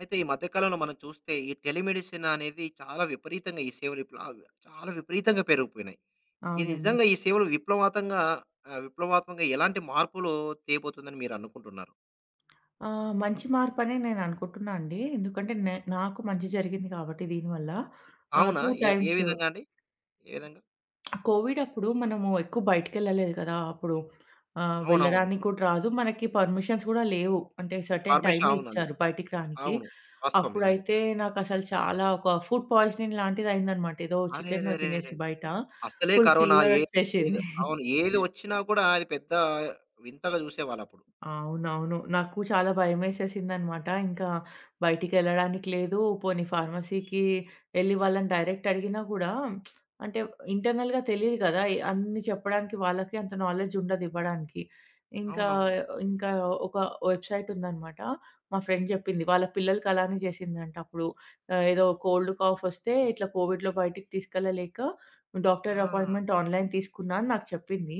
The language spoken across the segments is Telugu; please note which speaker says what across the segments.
Speaker 1: అయితే ఈ మధ్య కాలంలో మనం చూస్తే ఈ టెలిమెడిసిన్ అనేది చాలా విపరీతంగా ఈ సేవలు ఇప్పుడు ఆ చాలా విపరీతంగా పెరిగిపోయినాయి. ఇది
Speaker 2: అవునండి.
Speaker 1: నిజంగా ఈ సేవలు విప్లవాతంగా విప్లవాత్మకంగా ఎలాంటి మార్పులు తేబోతుందని మీరనుకుంటున్నారు?
Speaker 2: మంచి మార్పనే నేననుకుంటున్నా అండి. ఎందుకంటే నాకు మంచి జరిగింది కాబట్టి దీనివల్ల.
Speaker 1: అవునా?
Speaker 2: 2
Speaker 1: ఎల ఏ
Speaker 2: టైమ్స్
Speaker 1: విధంగా అండి? ఏ విధంగా?
Speaker 2: కోవిడ్ అప్పుడు మనము ఎక్కువ బయటికెళ్ళలేదు కదా! అప్పుడు
Speaker 1: అవునవును.
Speaker 2: వెళ్ళడానికి కూడా రాదు. మనకి పర్మిషన్స్ కూడా లేవు. అంటే సర్టెన్
Speaker 1: ఫార్మేషన్
Speaker 2: టైమే
Speaker 1: అవునండి.
Speaker 2: ఇచ్చారు బయటికి రానికి.
Speaker 1: అవును. వాస్తవం నిజం
Speaker 2: అప్పుడైతే
Speaker 1: చెప్పిన.
Speaker 2: నాకసలు చాలా ఒక ఫుడ్ పాయిజనింగ్ లాంటిదయిందనమాట. ఏదో చికెను
Speaker 1: అరెరెరెరే!
Speaker 2: తినేసి బయట
Speaker 1: అసలే
Speaker 2: ఫుల్
Speaker 1: కరోనా ఏ ఏది
Speaker 2: ఫీవరొచ్చేసింది.
Speaker 1: అవును. ఏది వచ్చినా కూడా అది పెద్ద వింతగా చూసేవాళ్ళప్పుడు.
Speaker 2: అవునవును. నాకు చాలా భయమేసేసిందనమాట. ఇంకా బయటికెళ్ళడానికి లేదు. పోనీ ఫార్మసీకి ఎళ్లి వాళ్ళని డైరెక్ట్ అడిగినా గూడా అంటే ఇంటర్నల్‌గా తెలీదు కదా! అన్నీ చెప్పడానికి వాళ్ళకి అంత నాలెడ్జ్ ఉండదు ఇవ్వడానికి. ఇంకా,
Speaker 1: అవునవును.
Speaker 2: ఇంకా ఒక వెబ్‌సైట్ ఉందనమాట. మా ఫ్రెండ్ జెప్పింది. వాళ్ళ పిల్లలకి అలానే చేసిందంట అప్పుడు. ఏదో కోల్డ్ కాఫ్ ఒస్తే ఇట్లా కోవిడ్‌లో బయటికి తీసుకెళ్ళలేక డాక్టర్
Speaker 1: ఆ!
Speaker 2: అపాయింట్‌మెంట్ ఆన్‌లైన్ తీసుకున్నా అని నాకు చెప్పింది.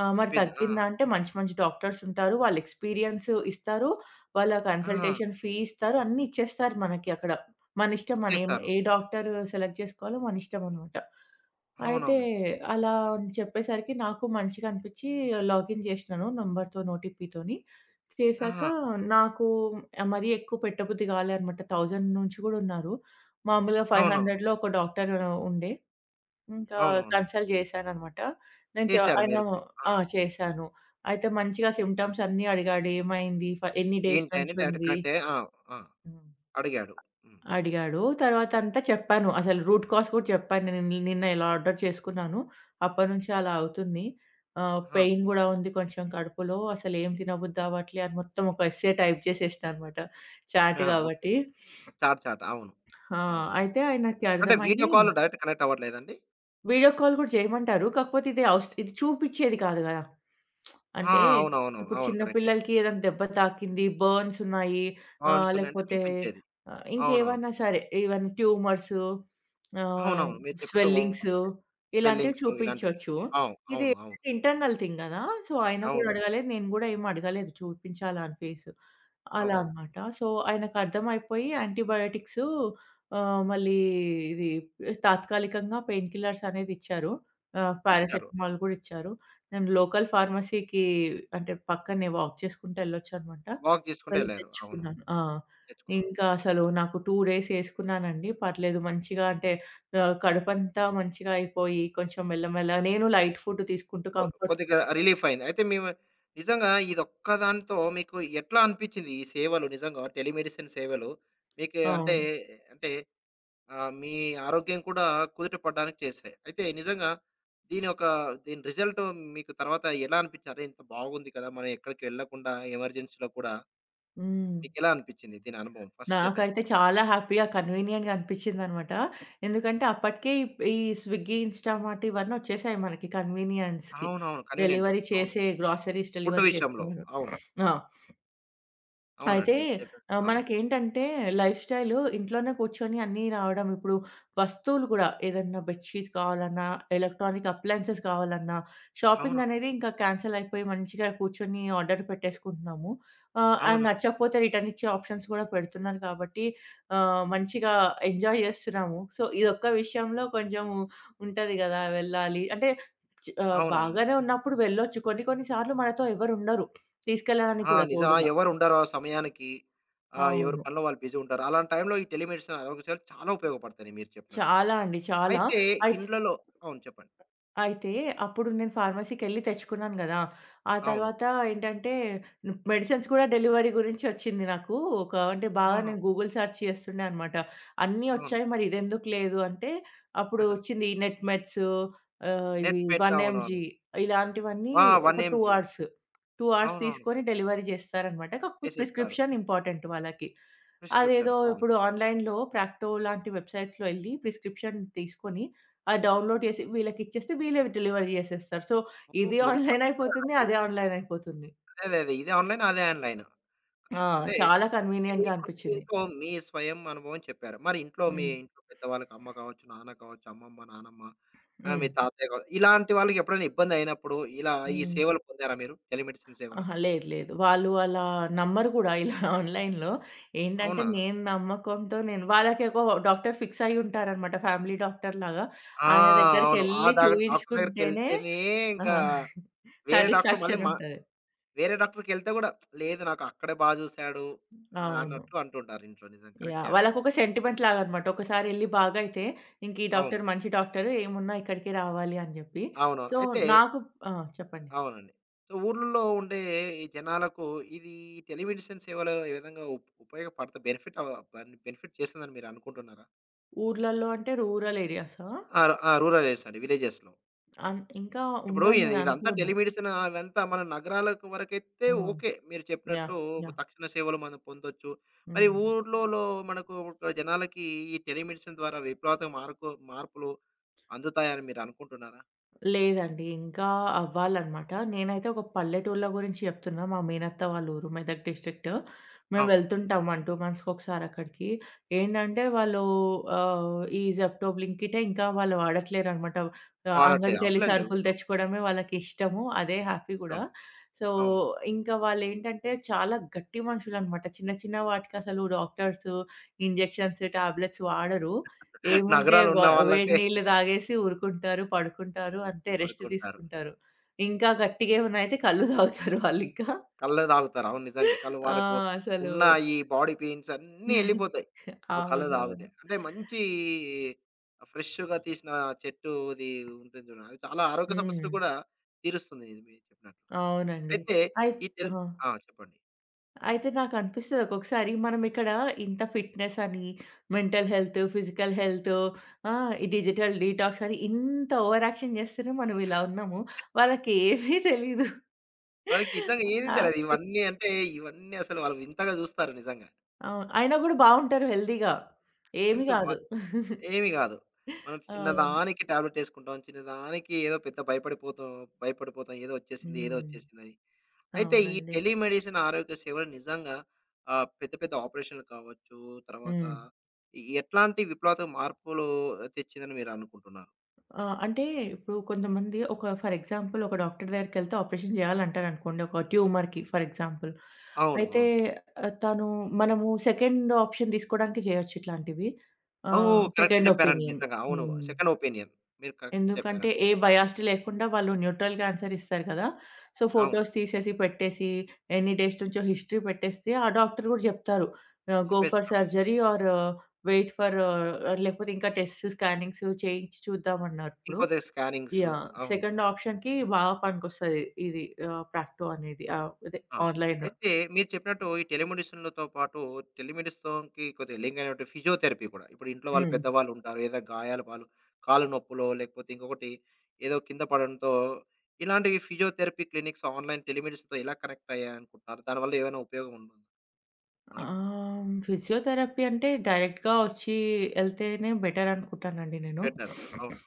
Speaker 2: ఆ! మరి
Speaker 1: చెప్పింది. ఆ!
Speaker 2: తగ్గిందా అంటే మంచి మంచి డాక్టర్స్ ఉంటారు. వాళ్ళు ఎక్స్‌పీరియన్స్ ఇస్తారు. వాళ్ళ
Speaker 1: ఆ!
Speaker 2: కన్సల్టేషన్ ఫీ ఇస్తారు. అన్నీ ఇచ్చేస్తారు మనకి అక్కడ. మన ఇష్టం మనం
Speaker 1: ఇచ్చేస్తారు.
Speaker 2: ఏ డాక్టర్ సెలెక్ట్ చేసుకోవాలో మన ఇష్టం అనమాట. అయితే
Speaker 1: అవునవును.
Speaker 2: అలా అని చెప్పేసరికి నాకు మంచిగా అనిపిచ్చి లాగిన్ చేసినాను నంబర్‌తో ఓటీపీతోని. చేశాక
Speaker 1: ఆ!
Speaker 2: నాకు మరీ ఎక్కువ పెట్టబుద్ధి కాలే అనమాట. 1000 నుంచి కూడా ఉన్నారు. మామూలుగా
Speaker 1: అవునవును.
Speaker 2: 500లో ఒక డాక్టర్ ఉండే. ఇంకా
Speaker 1: అవునవును.
Speaker 2: కన్సల్ట్ చేశాననమాట. నేను
Speaker 1: చేశారు
Speaker 2: ఆయన
Speaker 1: మీరు కూడా. ఆ!
Speaker 2: ఆ! చేశాను. అయితే మంచిగా సిమ్టమ్స్ అన్నీ అడిగాడు. ఏమైంది? ఎన్ని డేస్
Speaker 1: ఏంటని
Speaker 2: నుంచి
Speaker 1: డైరెక్ట్
Speaker 2: ఉంది?
Speaker 1: కనెక్టే ఆ! ఆ!
Speaker 2: హ్మ్.
Speaker 1: అడిగాడు. హ్మ్.
Speaker 2: అడిగాడు. తర్వాత అంతా చెప్పాను. అసలు రూట్ కాజ్ కూడా చెప్పాను. నేను నిన్న నిన్న ఇలా ఆర్డర్ చేసుకున్నాను. అప్పటినుంచి అలా అవుతుంది.
Speaker 1: ఆ!
Speaker 2: పెయిన్ గూడా ఉంది కొంచెం కడుపులో. అసలు ఏం తినబుద్ధి అవ్వట్లే అని మొత్తం ఒక ఎస్సే టైప్ చేసేసినా అనమాట. చాట్
Speaker 1: ఆ! ఓకే.
Speaker 2: కాబట్టి.
Speaker 1: Chat, chat. అవును.
Speaker 2: ఆ!
Speaker 1: అవును.
Speaker 2: అయితే ఆయనకి
Speaker 1: అంటే వీడియో
Speaker 2: అర్థమయ్యి
Speaker 1: కాల్‌లో డైరెక్ట్ కనెక్ట్ అవ్వట్లేదండి?
Speaker 2: వీడియో కాల్ గూడా జేయమంటారు. కాకపోతే ఇది చూపిచ్చేది కాదు గదా!
Speaker 1: ఆ!
Speaker 2: అంటే
Speaker 1: అవునవును.
Speaker 2: ఇప్పుడు
Speaker 1: అవును.
Speaker 2: చిన్న
Speaker 1: కరెక్టే.
Speaker 2: పిల్లలకి ఏదైనా దెబ్బ తాకింది, బర్న్స్ ఉన్నాయి,
Speaker 1: ఫాంట్స్ ఉన్నాయంటే
Speaker 2: లేకపోతే
Speaker 1: చూపించేది. అవునవును.
Speaker 2: ఇంకేవన్నా సరే ఈవెన్ ట్యూమర్స్ ఆహ్,
Speaker 1: అవునవును. మీరు చెప్పినట్టు
Speaker 2: స్వెల్లింగ్స్
Speaker 1: వాస్తవమే.
Speaker 2: ఇలాంటివి
Speaker 1: స్పెల్లింగ్స్ ఇలాంటివి.
Speaker 2: చూపించొచ్చు.
Speaker 1: అవును.
Speaker 2: ఇది
Speaker 1: అవును. అవును.
Speaker 2: ఏంటంటే ఇంటర్నల్ థింగ్ గదా! సో, ఆయన గూడా
Speaker 1: అవును.
Speaker 2: అడగలేదు. నేను గూడా ఏమి అడగలేదు చూపించాలా అని ఫేస్. అలా
Speaker 1: అవును.
Speaker 2: అన్నమాట. సో, ఆయనకర్థమైపోయి యాంటీబయోటిక్సు మళ్ళీ ఇది తాత్కాలికంగా పెయిన్ కిల్లర్స్ అనేది ఇచ్చారు.
Speaker 1: ఇచ్చారు.
Speaker 2: పారాసెటమాల్ గూడా ఇచ్చారు. నేను లోకల్ ఫార్మసీకి అంటే పక్కనే వాక్ చేసుకుంటూ ఎళ్ళొచ్చనమాట.
Speaker 1: వాక్ చేసుకుంటూ
Speaker 2: వెళ్ళి
Speaker 1: ఎళ్లారు. అవును.
Speaker 2: తెచ్చుకున్నాను. ఆ!
Speaker 1: తెచ్చుకున్నారు.
Speaker 2: ఇంకా అసలు నాకు 2 డేస్ ఏసుకున్నానండి. పర్లేదు మంచిగా అంటే కడుపంతా మంచిగా అయిపోయి కొంచెం మెల్లమెల్ల నేను లైట్ ఫుడ్ తీసుకుంటూ
Speaker 1: కొ
Speaker 2: కంఫర్ట్
Speaker 1: కొద్దిగా రిలీఫ్ అయింది. అయితే మేము నిజంగా ఇదొక్కదానితో మీకు ఎట్లా అనిపించింది? ఈ సేవలు నిజంగా టెలిమెడిసిన్ సేవలు మీకు అంటే,
Speaker 2: అవును.
Speaker 1: అంటే మీ ఆరోగ్యం కూడా కుదుట పడడానికి చేశాయి. అయితే నిజంగా దీని యొక్క దీని రిజల్ట్ మీకు తర్వాత ఎలా అనిపించింది? అరే! ఇంత బాగుంది కదా! మనం ఎక్కడికి వెళ్ళకుండా ఎమర్జెన్సీలో కూడా
Speaker 2: హ్మ్.
Speaker 1: మీకెలా అనిపించింది దీని అనుభవం ఫస్ట్ టైమ్?
Speaker 2: నాకైతే చాలా హ్యాపీగా, కన్వీనియంట్‌గా అనిపిచ్చిందనమాట. ఎందుకంటే అప్పటికే ఈ ఈ స్విగ్గీ, ఇన్‌స్టామార్ట్ ఇవన్నీ వచ్చేసాయి మనకి కన్వీనియన్స్‌కి.
Speaker 1: అవునవును. కన్వీనియంట్.
Speaker 2: డెలివరీ
Speaker 1: అవును.
Speaker 2: చేసే గ్రోసరీస్
Speaker 1: ఫుడ్
Speaker 2: డెలివరీ
Speaker 1: విషయంలో.
Speaker 2: చేస్తున్నారు.
Speaker 1: అవును.
Speaker 2: ఆ!
Speaker 1: అవునండి.
Speaker 2: అయితే
Speaker 1: నిజం చెప్పారు. అవును.
Speaker 2: మనకేంటంటే లైఫ్ స్టైలు ఇంట్లోనే కూర్చొని అన్నీ రావడం. ఇప్పుడు వస్తువులు గూడా ఏదన్నా బెడ్ షీట్స్ కావాలన్నా, ఎలక్ట్రానిక్ అప్లయెన్సెస్ కావాలన్నా, షాపింగ్
Speaker 1: అవునవును.
Speaker 2: అనేది ఇంకా క్యాన్సెల్ అయిపోయి మంచిగా కూర్చొని ఆర్డర్ పెట్టేసుకుంటున్నాము. అండ్
Speaker 1: అవునవును.
Speaker 2: నచ్చకపోతే రిటర్న్ ఇచ్చే ఆప్షన్స్ గూడా పెడుతున్నారు కాబట్టి మంచిగా ఎంజాయ్ జేస్తున్నాము. సో, ఇదొక్క విషయంలో కొంచెం ఉంటది గదా! వెళ్ళాలి అంటే
Speaker 1: అవునవును.
Speaker 2: బాగానే ఉన్నప్పుడు వెళ్ళొచ్చు. కొన్ని కొన్ని సార్లు మనతో ఎవరుండరు తీసుకెళ్ళడానికి
Speaker 1: ఆ!
Speaker 2: కూడా
Speaker 1: నిజం. ఆ!
Speaker 2: తోడుగా.
Speaker 1: ఎవరుండరు ఆ సమయానికి. ఎవరి
Speaker 2: అవును.
Speaker 1: పనిలో వాళ్ళు బిజీ ఉంటారు. అలాంటి టైంలో ఈ టెలిమెడిసిన్ ఆరోగ్యసేవలు చాలా ఉపయోగపడతాయి మీరు చెప్పినట్లు.
Speaker 2: చాలా అండి. చాలా.
Speaker 1: అయితే
Speaker 2: అయిత్
Speaker 1: ఇండ్లలో అవును చెప్పండి.
Speaker 2: అయితే అప్పుడు నేను ఫార్మసీకెళ్ళి తెచ్చుకున్నాను గదా! ఆ
Speaker 1: అవును.
Speaker 2: తర్వాత ఏంటంటే మెడిసిన్స్ కూడా డెలివరీ గురించి ఒచ్చింది నాకు. ఒక అంటే బాగా నేను
Speaker 1: అవునవును.
Speaker 2: గూగుల్ సెర్చ్ చేస్తుండే అనమాట. అన్నీ
Speaker 1: అవును.
Speaker 2: ఒచ్చాయి మరి ఇదెందుకు లేదు అంటే అప్పుడు ఒచ్చింది నెట్ మెట్స్
Speaker 1: నెట్
Speaker 2: ఇవి 1
Speaker 1: పెట్ అవునవును.
Speaker 2: ఎంజీ ఇలాంటివన్నీ
Speaker 1: ఆ!
Speaker 2: ఒక
Speaker 1: 1
Speaker 2: 2
Speaker 1: ఎంజీవో.
Speaker 2: అవర్స్. 2 అవర్స్
Speaker 1: అవునవును.
Speaker 2: తీసుకొని డెలివరీ చేస్తారనమాట. కాకపోతే
Speaker 1: చేసేస్తారు.
Speaker 2: ప్రిస్క్రిప్షన్ ఇంపార్టెంట్ వాళ్ళకి.
Speaker 1: ప్రిస్క్రిప్షన్.
Speaker 2: అదేదో
Speaker 1: అవును.
Speaker 2: ఇప్పుడు ఆన్‌లైన్‌లో ప్రాక్టో లాంటి వెబ్‌సైట్స్‌లో ఎళ్లి ప్రిస్క్రిప్షన్ తీసుకొని ఆ! డౌన్‌లోడ్ చేసి వీళ్ళకిచ్చేస్తే వీళ్ళే డెలివరీ చేసేస్తారు. సో,
Speaker 1: ఓహ్!
Speaker 2: ఇది
Speaker 1: నిజంగా
Speaker 2: ఆన్‌లైన్ అయిపోతుంది.
Speaker 1: అద్భుతమేనండి.
Speaker 2: అదే ఆన్‌లైన్ అయిపోతుంది.
Speaker 1: అదే అదే అదే. ఇది ఆన్‌లైన్, అదే ఆన్‌లైన్.
Speaker 2: ఆ!
Speaker 1: అంటే
Speaker 2: చాలా
Speaker 1: అంటే
Speaker 2: కన్వీనియంట్‌గా
Speaker 1: ఇప్పుడు మీ
Speaker 2: అనిపిచ్చింది.
Speaker 1: ఇంట్లో మీ స్వయం అనుభవం చెప్పారు. మరి ఇంట్లో మీ
Speaker 2: హ్మ్.
Speaker 1: ఇంట్లో పెద్దవాళ్ళకి అమ్మ కావచ్చు, నాన్న కావచ్చు, అమ్మమ్మ, నానమ్మ మీ
Speaker 2: హ్మ్.
Speaker 1: తాతయ్య కావచ్చు, ఇలాంటి వాళ్ళకి ఎప్పుడైనా ఇబ్బందయినప్పుడు ఇలా ఈ
Speaker 2: హ్మ్.
Speaker 1: సేవలు పొందారా మీరు? టెలిమెడిసిన్ సేవలు?
Speaker 2: అహా! లేదు. లేదు. వాళ్ళు అలా నమ్మరు కూడా ఇలా ఆన్‌లైన్‌లో. ఏంటంటే
Speaker 1: అవునా?
Speaker 2: నేను నమ్మకంతో నేను వాళ్ళకి ఒక డాక్టర్ ఫిక్స్ అయ్యి ఉంటారనమాట. ఫ్యామిలీ డాక్టర్‌లాగా.
Speaker 1: ఆ!
Speaker 2: ఆయన
Speaker 1: అవును. ఆ
Speaker 2: దగ్గరికెళ్లి
Speaker 1: దాగ డాక్టర్
Speaker 2: చూయించుకుంటేనే
Speaker 1: దగ్గరికెళ్తేనే
Speaker 2: ఆ!
Speaker 1: ఇంకా వేరే డాక్టర్ మళ్ళీ
Speaker 2: సాటిస్ఫాక్షన్
Speaker 1: మా
Speaker 2: ఉంటది.
Speaker 1: వేరే డాక్టర్‌కెళ్తే గూడా లేదు నాకు అక్కడే బా జూసాడు
Speaker 2: అవును.
Speaker 1: అన్నట్లు అంటుంటారు ఇంట్లో నిజం కరెక్టే అండి.
Speaker 2: వాళ్ళకొక సెంటిమెంట్ లాగనమాట. ఒకసారెళ్లి బాగైతే, ఇంక ఈ
Speaker 1: అవును.
Speaker 2: డాక్టర్ మంచి డాక్టర్ ఏమున్నా ఇక్కడికే రావాలి అని జెప్పి.
Speaker 1: అవునవును.
Speaker 2: సో,
Speaker 1: అయితే
Speaker 2: నాకు ఆ! చెప్పండి.
Speaker 1: అవునండి. సో, ఊర్లలో ఉండే ఈ జనాలకు ఇది టెలిమెడిసిన్ సేవలు ఏ విధంగా ఉ ఉపయోగపడతా బెనిఫిట్ బన్ బెనిఫిట్ చేస్తుందని మీరనుకుంటున్నారా?
Speaker 2: ఊర్లల్లో అంటే రూరల్ ఏరియాసా?
Speaker 1: ఆ! రు- ఆ! రూరల్ ఏరియాస్ అండి. విలేజెస్‌లో.
Speaker 2: ఇంకా
Speaker 1: ఇప్పుడు
Speaker 2: ఉందని
Speaker 1: ఇది ఇదంతా
Speaker 2: నేననుకోను.
Speaker 1: టెలిమెడిసిన్ అవంతా మన నగరాలకు వరకైతే
Speaker 2: ఆ!
Speaker 1: ఓకే. మీరు చెప్పినట్టు
Speaker 2: యాహ్! యాహ్!
Speaker 1: తక్షణ సేవలు మనం పొందొచ్చు. మరి
Speaker 2: హ్మ్.
Speaker 1: ఊర్లలో మనకు ఇక్కడ జనాలకి ఈ టెలిమెడిసిన్ ద్వారా విప్లవాత్మక మార్పు మార్పులు అందుతాయని మీరనుకుంటున్నారా?
Speaker 2: లేదండి. ఇంకా అవ్వాలనమాట. నేనైతే ఒక పల్లెటూర్ల గురించి చెప్తున్నా. మా మేనత్త వాళ్ళ ఊరు మెదక్ డిస్ట్రిక్ట్. మేము
Speaker 1: అవును.
Speaker 2: వెళ్తుంటాం 1, 2 మంత్స్‌కొకసారి అక్కడికి. ఏంటంటే వాళ్ళు ఈ జెప్టో, బ్లింకిటే ఇంకా వాళ్ళు వాడట్లేరనమాట.
Speaker 1: వాడట్లేదు.
Speaker 2: అంగడికెళ్ళి
Speaker 1: అవునులెండి.
Speaker 2: సరుకులు
Speaker 1: ఊర్లో
Speaker 2: తెచ్చుకోవడమే వాళ్ళకిష్టము. అదే హ్యాపీ
Speaker 1: ఇష్టం.
Speaker 2: గూడా. సో,
Speaker 1: అవును.
Speaker 2: ఇంకా వాళ్ళేంటంటే చాలా గట్టి మనుషులనమాట. చిన్న చిన్న వాటికసలు డాక్టర్స్, ఇంజెక్షన్స్, టాబ్లెట్స్ వాడరు. ఏముంటే
Speaker 1: నగరాలున్న
Speaker 2: వేడి
Speaker 1: వాళ్ళకే
Speaker 2: నీళ్ళు తాగేసి ఊరుకుంటారు, పడుకుంటారు. అంతే రెస్ట్
Speaker 1: పడుకుంటారు.
Speaker 2: తీసుకుంటారు. ఇంకా గట్టిగా ఏమన్నా అయితే కళ్ళు తాగుతారు వాళ్ళింకా.
Speaker 1: కళ్ళు తాగుతారు. అవును నిజంగా. కళ్ళు
Speaker 2: ఆ!
Speaker 1: వాళ్ళకు
Speaker 2: అసలు
Speaker 1: ఉన్న ఈ బాడీ పెయిన్స్ అన్నీ ఎళ్ళిపోతాయి. ఓ కళ్ళు తాగితే.
Speaker 2: అవునవును.
Speaker 1: అంటే మంచి ఫ్రెష్‌గా తీసిన చెట్టుది ఉంటుంది చూడండి. అది చాలా ఆరోగ్య
Speaker 2: హ్మ్.
Speaker 1: సమస్యలు కూడా తీరుస్తుంది ఇది మీరు చెప్పినట్టు.
Speaker 2: అవునండి.
Speaker 1: అయితే
Speaker 2: అయి
Speaker 1: ఈ టెల్
Speaker 2: ఆ!
Speaker 1: ఆ! చెప్పండి.
Speaker 2: అయితే నాకనిపిస్తది ఒక్కొక్కసారి మనం ఇక్కడ ఇంత ఫిట్‌నెస్ అని, మెంటల్ హెల్త్, ఫిజికల్ హెల్త్ ఈ డిజిటల్ డీటాక్స్ అని ఇంత ఓవర్ యాక్షన్ చేస్తూనే మనం ఇలా ఉన్నాము. వాళ్ళకి ఏమీ తెలీదు.
Speaker 1: వాళ్ళకి నిజంగా ఏది తెలదు.
Speaker 2: హ్యాపీ
Speaker 1: ఇవన్నీ అంటే ఇవన్నీ అసలు వాళ్ళు వింతగా చూస్తారు నిజంగా.
Speaker 2: అవును. అయినా గూడా బావుంటారు హెల్తీగా. ఏమి
Speaker 1: ఎంత మ
Speaker 2: గాదు.
Speaker 1: ఏమి కాదు. మనం
Speaker 2: అవును.
Speaker 1: చిన్నదానికి టాబ్లెట్ యేసుకుంటాం. చిన్నదానికి ఏదో పెద్ద భయపడిపోతాం భయపడిపోతాం. ఏదో వచ్చేసింది, ఏదో
Speaker 2: హ్మ్.
Speaker 1: వచ్చేసిందని. అయితే ఈ
Speaker 2: అవునండి.
Speaker 1: టెలిమెడిసిన్ ఆరోగ్య సేవలు నిజంగా పెద్ద పెద్ద ఆపరేషన్‌లు కావచ్చు, తర్వాత
Speaker 2: హ్మ్.
Speaker 1: ఎ ఎట్లాంటి విప్లవాత్మక మార్పులు తెచ్చిందని మీరనుకుంటున్నారు?
Speaker 2: ఆ! అంటే ఇప్పుడు కొంతమంది ఒక ఫర్ ఎగ్జాంపుల్ ఒక డాక్టర్ దగ్గరికెళ్తే ఆపరేషన్ జేయాలంటారనుకోండి ఒక ట్యూమర్‌కి ఫర్ ఎగ్జాంపుల్.
Speaker 1: అవును.
Speaker 2: అయితే
Speaker 1: అవును.
Speaker 2: ఆహ్, తను మనము సెకండ్ ఆప్షన్ తీసుకోవడానికి జేయొచ్చు ఇట్లాంటివి.
Speaker 1: ఓహ్! కరెక్ట్
Speaker 2: సెకండ్
Speaker 1: చెప్పారండి
Speaker 2: ఒపీనియన్.
Speaker 1: నిజంగా. అవును.
Speaker 2: హ్మ్.
Speaker 1: Second opinion. మీరు కరెక్ట్
Speaker 2: ఎందుకంటే,
Speaker 1: చెప్పారండి.
Speaker 2: ఏ బయాస్టీ లేకుండా వాళ్ళు న్యూట్రల్‌గా ఆన్సర్ ఇస్తారు కదా! సో,
Speaker 1: అవును.
Speaker 2: ఫోటోస్ తీసేసి, పెట్టేసి, ఎన్ని డేస్ నుంచో హిస్టరీ పెట్టేస్తే, ఆ డాక్టర్ గూడా జెప్తారు. గో ఫర్
Speaker 1: చెప్పేస్తాడు.
Speaker 2: సర్జరీ ఆర్ వెయిట్ ఫర్ లేకపోతే ఇంకా టెస్ట్స్, స్కానింగ్స్ చేయించి చూద్దామన్నారు ఇప్పుడు.
Speaker 1: ఇంకోది స్కానింగ్స్.
Speaker 2: యాహ్!
Speaker 1: అవును.
Speaker 2: సెకండ్ ఆప్షన్‌కి బాగా పనికొస్తది ఇది ప్రాక్టో అనేది. అదే
Speaker 1: ఆ!
Speaker 2: ఆన్‌లైన్.
Speaker 1: అయితే మీరు చెప్పినట్టు ఈ టెలిమెడిసిన్‌లతో పాటు టెలిమెడిసిన్‌కి కొద్దిగా లింక్ అయినట్టు ఫిజియోథెరపీ కూడా. ఇప్పుడు ఇంట్లో వాళ్ళు
Speaker 2: హ్మ్.
Speaker 1: పెద్దవాళ్ళు ఉంటారు. ఏదో గాయాల పాలు, కాళ్ళ నొప్పులో లేకపోతే ఇంకొకటి ఏదో కింద పడడంతో ఇలాంటివి ఫిజియోథెరపీ క్లినిక్స్ ఆన్‌లైన్ టెలిమెడిసిన్‌తో ఎలా కనెక్ట్ అయ్యాయనుకుంటున్నారు? దానివల్ల ఏమైనా ఉపయోగం ఉందా మనకు?
Speaker 2: ఫిజియోథెరపీ అంటే డైరెక్ట్‌గా వచ్చి ఎళ్తేనే బెటర్ అనుకుంటానండి నేను.
Speaker 1: బెటర్. అవును.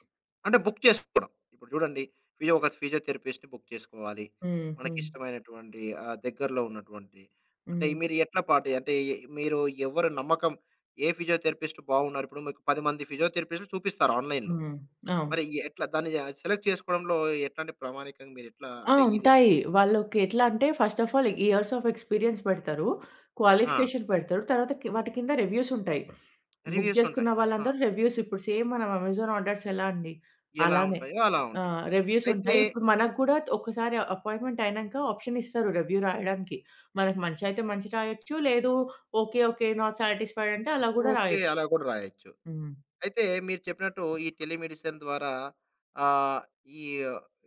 Speaker 1: అంటే బుక్ చేసుకోవడం. ఇప్పుడు చూడండి ఫిజియో ఒక ఫిజియోథెరపిస్ట్‌ని బుక్ చేసుకోవాలి.
Speaker 2: హ్మ్. హ్మ్.
Speaker 1: మనకిష్టమైనటువంటి దగ్గరలో ఉన్నటువంటి అంటే
Speaker 2: హ్మ్.
Speaker 1: మీరు ఎట్లా పాటి అంటే ఎ మీరు ఎవరు నమ్మకం ఏ ఫిజియోథెరపిస్ట్ బాగున్నారు? ఇప్పుడు మీకు 10 మంది ఫిజియోథెరపిస్ట్‌లు చూపిస్తారు ఆన్‌లైన్‌లో.
Speaker 2: హ్మ్. అవును.
Speaker 1: మరి ఈ ఎట్లా దాన్ని సెలెక్ట్ చేసుకోవడంలో ఎట్లాంటి ప్రామాణికంగా మీరెట్లా
Speaker 2: ఆ!
Speaker 1: అంటే ఇది
Speaker 2: ఉంటాయి. వాళ్ళకి ఎట్లా అంటే first of all years of experience పెడతారు.
Speaker 1: ఆ!
Speaker 2: క్వాలిఫికేషన్ పెడతారు. తర్వాత కి వాటి కింద రివ్యూస్ ఉంటాయి. బుక్
Speaker 1: రివ్యూస్ ఉంటాయి.
Speaker 2: చేసుకున్న
Speaker 1: ఆహా!
Speaker 2: వాళ్ళందరూ రివ్యూస్ ఇప్పుడు సేమ్ మనం అమెజాన్ ఆర్డర్స్ ఎలా అండి?
Speaker 1: ఎలా
Speaker 2: అలానే.
Speaker 1: ఉంటాయో అలా
Speaker 2: ఆ!
Speaker 1: ఉంటుంది.
Speaker 2: రివ్యూస్
Speaker 1: అయితే
Speaker 2: ఉంటాయి. ఇప్పుడు మనకు కూడా ఒకసారి అపాయింట్మెంట్ అయినంక ఆప్షన్ ఇస్తారు రివ్యూ రాయడానికి. మనకు మంచి అయితే మంచి రాయొచ్చు. లేదు ఓకే, ఓకే. నాట్ సాటిస్ఫైడ్ అంటే అలా కూడా
Speaker 1: ఓకే.
Speaker 2: రాయొచ్చు.
Speaker 1: అలా కూడా రాయొచ్చు.
Speaker 2: హ్మ్.
Speaker 1: అయితే మీరు చెప్పినట్టు ఈ టెలిమెడిసిన్ ద్వారా ఆహ్, ఈ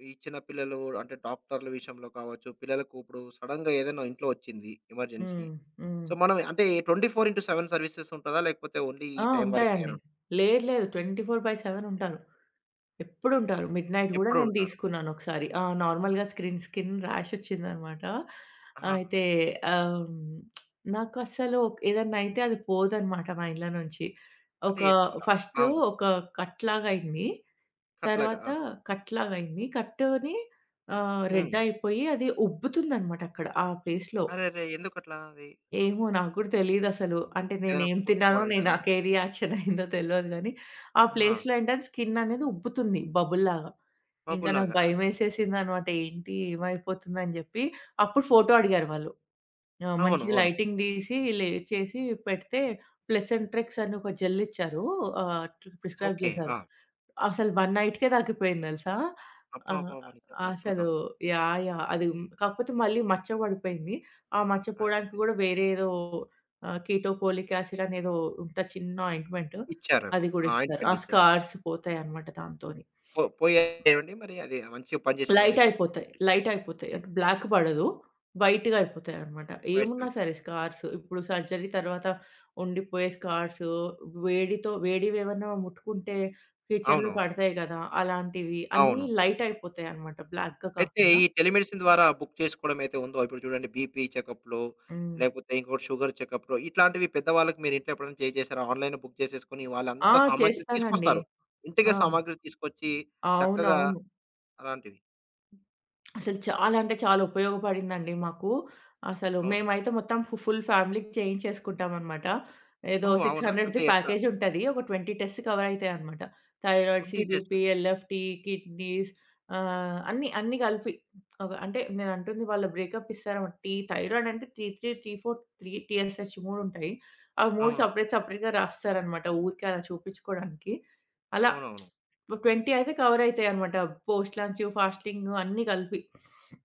Speaker 1: ఈ చిన్న పిల్లలు అంటే డాక్టర్ల విషయంలో కావచ్చు, పిల్లలకు ఇప్పుడు సడెన్‌గా ఏదైనా ఇంట్లో వచ్చింది ఎమర్జెన్సీ.
Speaker 2: హ్మ్. హ్మ్.
Speaker 1: సో, మనం అంటే 24/7 సర్వీసెస్ ఉంటదా? లేకపోతే ఓన్లీ ఈ
Speaker 2: ఆ!
Speaker 1: టైం
Speaker 2: ఉంటాయండి.
Speaker 1: వరకేనా?
Speaker 2: లేదు లేదు. 24/7 ఉంటారు. ఎప్పుడుంటారు. మిడ్‌నైట్ గూడా
Speaker 1: ఎప్పుడూ
Speaker 2: నేను
Speaker 1: ఉంటారు.
Speaker 2: తీసుకున్నానొకసారి. ఆ! నార్మల్‌గా స్క్రీన్ స్కిన్ ర్యాష్ ఒచ్చిందనమాట.
Speaker 1: ఆహా!
Speaker 2: అయితే ఆహ్, నాకస్సలు ఏదన్నా అయితే అది పోదనమాట మా ఇండ్ల నుంచి.
Speaker 1: అంటే
Speaker 2: ఒక
Speaker 1: ఎట్లా?
Speaker 2: ఫస్ట్
Speaker 1: అవును.
Speaker 2: ఒక కట్లాగయింది.
Speaker 1: అట్లాగా.
Speaker 2: తర్వాత
Speaker 1: ఆ!
Speaker 2: కట్లాగయింది. కట్టుని
Speaker 1: హ్మ్.
Speaker 2: రెడ్ అయిపోయి అది ఉబ్బుతుందనమాట అక్కడ ఆ ప్లేస్‌లో.
Speaker 1: అరెరే! ఎందుకట్లా అది?
Speaker 2: ఏమో నాకు కూడా తెలీదసలు. అంటే
Speaker 1: ఏదైనా
Speaker 2: నేనేం
Speaker 1: ఫుడ్
Speaker 2: తిన్నానో, నేను
Speaker 1: పాయిజనా?
Speaker 2: నాకే రియాక్షన్ అయిందో తెలవదు గానీ, ఆ
Speaker 1: ఆ!
Speaker 2: ప్లేస్‌లో ఏంటంటే స్కిన్ అనేది ఉబ్బుతుంది బబుల్‌లాగా. ఇంకా నాకు
Speaker 1: పబ్బులాగా. ఆ!
Speaker 2: భయమేసేసిందనమాట. ఏంటి ఏమైపోతుందని జెప్పి, అప్పుడు ఫోటో అడిగారు వాళ్ళు. ఆ!
Speaker 1: అవును.
Speaker 2: మంచిగా
Speaker 1: అవును.
Speaker 2: లైటింగ్ తీసి, లేచేసి పెడితే ప్లెసెంట్రెక్స్ అని ఒక జెల్ ఇచ్చారు. అట్లా ప్రిస్క్రైబ్
Speaker 1: ఓకే.
Speaker 2: చేశారు.
Speaker 1: ఆ!
Speaker 2: అసలు 1 నైట్‌కే తగ్గిపోయింది తెలుసా? ఆహ్,
Speaker 1: అబ్బబ్బబ్బా! నిజంగా అద్భుతం.
Speaker 2: అసలు యాహ్! యాహ్! అది కాకపోతే మళ్ళీ మచ్చ పడిపోయింది. ఆ మచ్చ పోవడానికి
Speaker 1: అరెరే!
Speaker 2: కూడా వేరే ఏదో కీటోపోలిక్ యాసిడ్ అనేదో ఉంటది చిన్న ఆయింట్మెంట్
Speaker 1: ఇచ్చారేమో!
Speaker 2: అది
Speaker 1: ఆ!
Speaker 2: కూడా ఇచ్చారు. ఆ
Speaker 1: ఆయింట్‌మెంట్ ఇచ్చారు.
Speaker 2: స్కార్స్ పోతాయన్నమాట దాంతోని.
Speaker 1: పో పోయాయండి మరి అది మంచిగా పనిచేసిందా
Speaker 2: లైట్
Speaker 1: మీకు?
Speaker 2: అయిపోతాయి. లైట్ అయిపోతాయి. అంటే బ్లాక్ పడదు. వైట్‌గా అయిపోతాయన్నమాట.
Speaker 1: బయటికి
Speaker 2: ఏమున్నా
Speaker 1: వెళ్తే.
Speaker 2: సరే స్కార్స్ ఇప్పుడు సర్జరీ తర్వాత ఉండిపోయే స్కార్స్ వేడితో వేడివేవన్నా ముట్టుకుంటే కిచెన్‌లో
Speaker 1: అవునవును.
Speaker 2: పడతాయి కదా! అలాంటివి అన్నీ
Speaker 1: అవును.
Speaker 2: లైట్ అయిపోతాయన్నమాట. బ్లాక్‌గా
Speaker 1: అయితే
Speaker 2: కాకుండా.
Speaker 1: ఈ టెలిమెడిసిన్ ద్వారా బుక్ చేసుకోవడం అయితే ఉందో ఇప్పుడు చూడండి బీపీ చెకప్‌లు,
Speaker 2: హ్మ్.
Speaker 1: లేకపోతే ఇంకోటి షుగర్ చెకప్‌లు ఇట్లాంటివి పెద్దవాళ్ళకి మీరు ఇంట్లో ఎప్పుడైనా చేసేసారా? ఆన్‌లైన్‌లో బుక్ చేసేసుకొని
Speaker 2: ఆ!
Speaker 1: వాళ్ళంతా సామాగ్రి
Speaker 2: చేస్తానండి.
Speaker 1: తీసుకొస్తారు. ఇంటికే
Speaker 2: ఆ!
Speaker 1: సామాగ్రి తీసుకొచ్చి చక్కగా
Speaker 2: అవునవును.
Speaker 1: అలాంటివి.
Speaker 2: అసలు చాలా అంటే చాలా ఉపయోగపడిందండి మాకు. అసలు
Speaker 1: అవును.
Speaker 2: మేమైతే మొత్తం ఫుల్ ఫ్యామిలీకి చేయించేసుకుంటామనమాట. ఏదో
Speaker 1: ఓహ్! అవునా?
Speaker 2: 600ది
Speaker 1: అంటే ఎట్లా?
Speaker 2: ప్యాకేజ్ ఉంటది. ఒక 20 టెస్ట్స్ కవర్ అయితాయనమాట. Thyroid,
Speaker 1: 20 days.
Speaker 2: CBP, LFT, kidneys అన్నీ అన్నీ కలిపి. ఒక అంటే నేను అంటుంది వాళ్ళ బ్రేకప్ ఇస్తారనమాట. టీ థైరాయిడ్ అంటే 3, 3, 3, 4 3 టీఎస్‌హెచ్ 3 ఉంటాయి. అవి 3
Speaker 1: అవును.
Speaker 2: సెపరేట్ సెపరేట్‌గా రాస్తారనమాట. ఊరికే అలా చూపించుకోవడానికి. అలా
Speaker 1: అవునవును.
Speaker 2: ఒక 20 అయితే కవర్ అయితాయన్నమాట. పోస్ట్ లంచ్, ఫాస్టింగ్ అన్నీ కలిపి.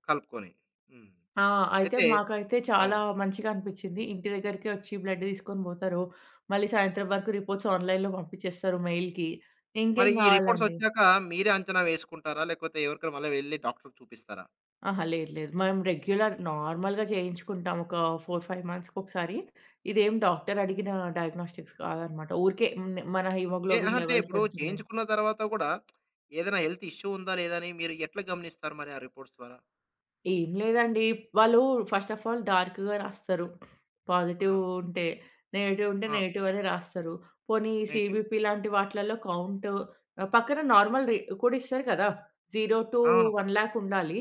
Speaker 1: కలుపుకొని. హ్మ్.
Speaker 2: ఆ! అయితే
Speaker 1: అయితే
Speaker 2: మాకైతే చాలా
Speaker 1: అవును.
Speaker 2: మంచిగా అనిపిచ్చింది. ఇంటి దగ్గరికే వచ్చి బ్లడ్ తీసుకొని పోతారు. మళ్ళీ సాయంత్రం వరకు రిపోర్ట్స్ ఆన్‌లైన్‌లో పంపించేస్తారు మెయిల్‌కి.
Speaker 1: మరి
Speaker 2: ఇంకేం
Speaker 1: ఈ
Speaker 2: కావాలండి.
Speaker 1: రిపోర్ట్సొచ్చాక మీరే అంచనా వేసుకుంటారా? లేకపోతే ఎవరికైనా మళ్ళా వెళ్లి డాక్టర్‌కి చూపిస్తారా?
Speaker 2: అహా! లేదు లేదు. మేము రెగ్యులర్ నార్మల్‌గా చేయించుకుంటాం. ఒక 4, 5 మంత్స్‌కొకసారి. ఇదేం డాక్టర్ అడిగిన డయాగ్నోస్టిక్స్ కాదన్నమాట. ఊరికే మన
Speaker 1: ఏ అహా!
Speaker 2: హిమోగ్లోబిన్
Speaker 1: అంటే
Speaker 2: లెవెల్స్
Speaker 1: ఇప్పుడు
Speaker 2: ఎంతున్నాయి
Speaker 1: చేయించుకున్న తర్వాత గూడా ఏదైనా హెల్త్ ఇష్యూ ఉందా? లేదా? అని మీరు ఎట్లా గమనిస్తారు మరి ఆ రిపోర్ట్స్ ద్వారా?
Speaker 2: ఏం లేదండి. వాళ్ళు ఫస్ట్ ఆఫ్ ఆల్ డార్క్‌గా రాస్తారు. పాజిటివ్
Speaker 1: ఆహా!
Speaker 2: ఉంటే. నెగెటివ్ ఉంటే
Speaker 1: ఆ!
Speaker 2: నెగెటివ్ అనే రాస్తారు. పోనీ
Speaker 1: నెగెటివ్.
Speaker 2: సీబీపీ లాంటి వాటిలలో కౌంట్ పక్కన నార్మల్ రే కూడా ఇస్తారు కదా!
Speaker 1: అవును.
Speaker 2: 0-1,00,000 ఉండాలి.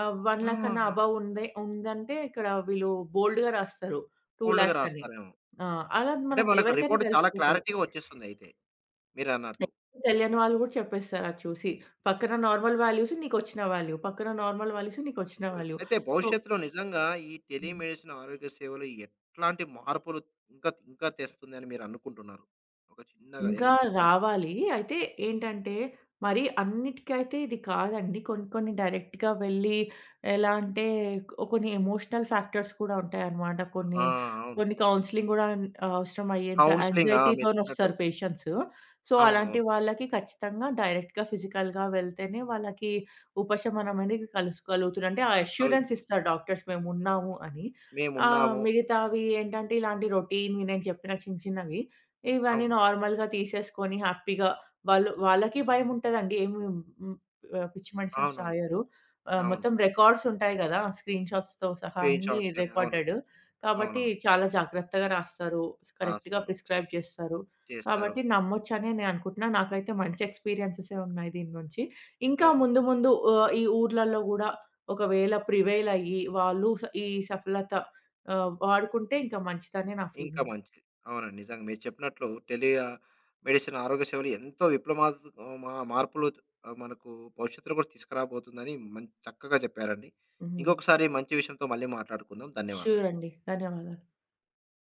Speaker 2: 1,00,000 కన్నా
Speaker 1: ఆహాహా!
Speaker 2: అబోవ్ ఉంది ఉందంటే ఇక్కడ వీళ్ళు బోల్డ్‌గా రాస్తారు.
Speaker 1: బోల్డ్‌గా
Speaker 2: 2,00,000 అని.
Speaker 1: రాస్తారేమో!
Speaker 2: ఆ! అలా
Speaker 1: అంటే
Speaker 2: మనకి
Speaker 1: మనకు
Speaker 2: ఎవరికైనా
Speaker 1: రిపోర్ట్ చాలా
Speaker 2: తెలిసిపోతది.
Speaker 1: క్లారిటీగా వచ్చేస్తుందయితే మీరన్నట్టు.
Speaker 2: తెలియని వాళ్ళు కూడా చెప్పేస్తారు అది చూసి. పక్కన నార్మల్ వాల్యూస్ నీకొచ్చిన వాల్యూ. పక్కన నార్మల్ వాల్యూస్ నీకొచ్చిన
Speaker 1: హ్మ్.
Speaker 2: వాల్యూ.
Speaker 1: అయితే
Speaker 2: సో
Speaker 1: భవిష్యత్తులో నిజంగా ఈ
Speaker 2: హ్మ్.
Speaker 1: టెలిమెడిసిన్ ఆరోగ్య సేవలు ఎట్లాంటి మార్పులు ఇంకా ఇంకా తెస్తుందని మీరనుకుంటున్నారు? ఒక చిన్నగా
Speaker 2: ఇంకా
Speaker 1: ఏదైనా చెప్తారా?
Speaker 2: రావాలి. అయితే ఏంటంటే, మరి అన్నిటికైతే ఇది కాదండి. కొన్ని కొన్ని డైరెక్ట్‌గా వెళ్ళి ఎలా అంటే, కొన్ని ఎమోషనల్ ఫ్యాక్టర్స్ కూడా ఉంటాయన్నమాట.
Speaker 1: ఆ!
Speaker 2: కొన్ని,
Speaker 1: అవును.
Speaker 2: కొన్ని కౌన్సెలింగ్ గూడా అవసరం అయ్యేంత
Speaker 1: కౌన్సెలింగ్. ఆ! మీరు చెప్పినట్టు.
Speaker 2: యాంగ్జైటీతోనొస్తారు పేషెంట్స్. సో, అలాంటి
Speaker 1: అవునవును.
Speaker 2: వాళ్ళకి ఖచ్చితంగా డైరెక్ట్‌గా ఫిజికల్‌గా వెళ్తేనే వాళ్ళకి ఉపశమనం అనేది కలుసుకోగలుగుతుంది. అంటే ఆ
Speaker 1: అ
Speaker 2: అష్యూరెన్స్
Speaker 1: కలుగుతుంది.
Speaker 2: ఇస్తారు డాక్టర్స్ మేమున్నాము అని.
Speaker 1: మేమున్నాము.
Speaker 2: మిగతావి ఏంటంటే, ఇలాంటి రొటీన్‌వి నేను చెప్పిన చిన్న చిన్నవి ఇవన్నీ
Speaker 1: అవును.
Speaker 2: నార్మల్‌గా తీసేసుకొని హ్యాపీగా వాళ్ళు వాళ్ళకి భయముంటదండి. ఏమి హ్మ్, పిచ్చి మెడిసిన్స్
Speaker 1: అవునవును.
Speaker 2: రాయరు.
Speaker 1: అవును.
Speaker 2: మొత్తం రికార్డ్స్ ఉంటాయి గదా! స్క్రీన్‌షాట్స్‌తో సహా
Speaker 1: స్క్రీన్
Speaker 2: అన్నీ
Speaker 1: షాట్స్ అని. అవును.
Speaker 2: రికార్డెడ్. కాబట్టి
Speaker 1: అవునవును.
Speaker 2: చాలా జాగ్రత్తగా రాస్తారు. కరెక్ట్‌గా
Speaker 1: రాస్తారు.
Speaker 2: ప్రిస్క్రైబ్ చేస్తారు.
Speaker 1: చేస్తారు.
Speaker 2: కాబట్టి నమ్మొచ్చనే నేను అనుకుంటున్నా. నాకైతే మంచి ఎక్స్‌పీరియన్సె‌సే ఉన్నాయి దీని నుంచి. ఇంకా
Speaker 1: హ్మ్.
Speaker 2: ముందు ముందు ఈ ఊర్లలో గూడా ఒకవేళ ప్రివైల్ అయ్యి వాళ్ళు ఈ సఫలత వాడుకుంటే ఇంకా మంచిదనే నా
Speaker 1: ఇంకా
Speaker 2: ఫీలింగ్.
Speaker 1: మంచిది. అవునండి. నిజంగా మీరు చెప్పినట్లు టెలి మెడిసిన్ ఆరోగ్య సేవలు ఎంతో విప్లమాత్ మా మార్పులు మనకు భవిష్యత్తులో కూడా తీసుకురాబోతుందని మం చక్కగా చెప్పారండి.
Speaker 2: హ్మ్.
Speaker 1: ఇంకొకసారి మంచి విషయంతో మళ్ళీ మాట్లాడుకుందాం.
Speaker 2: ష్యూర్
Speaker 1: ధన్యవాదాలు.
Speaker 2: అండి. ధన్యవాదాలు.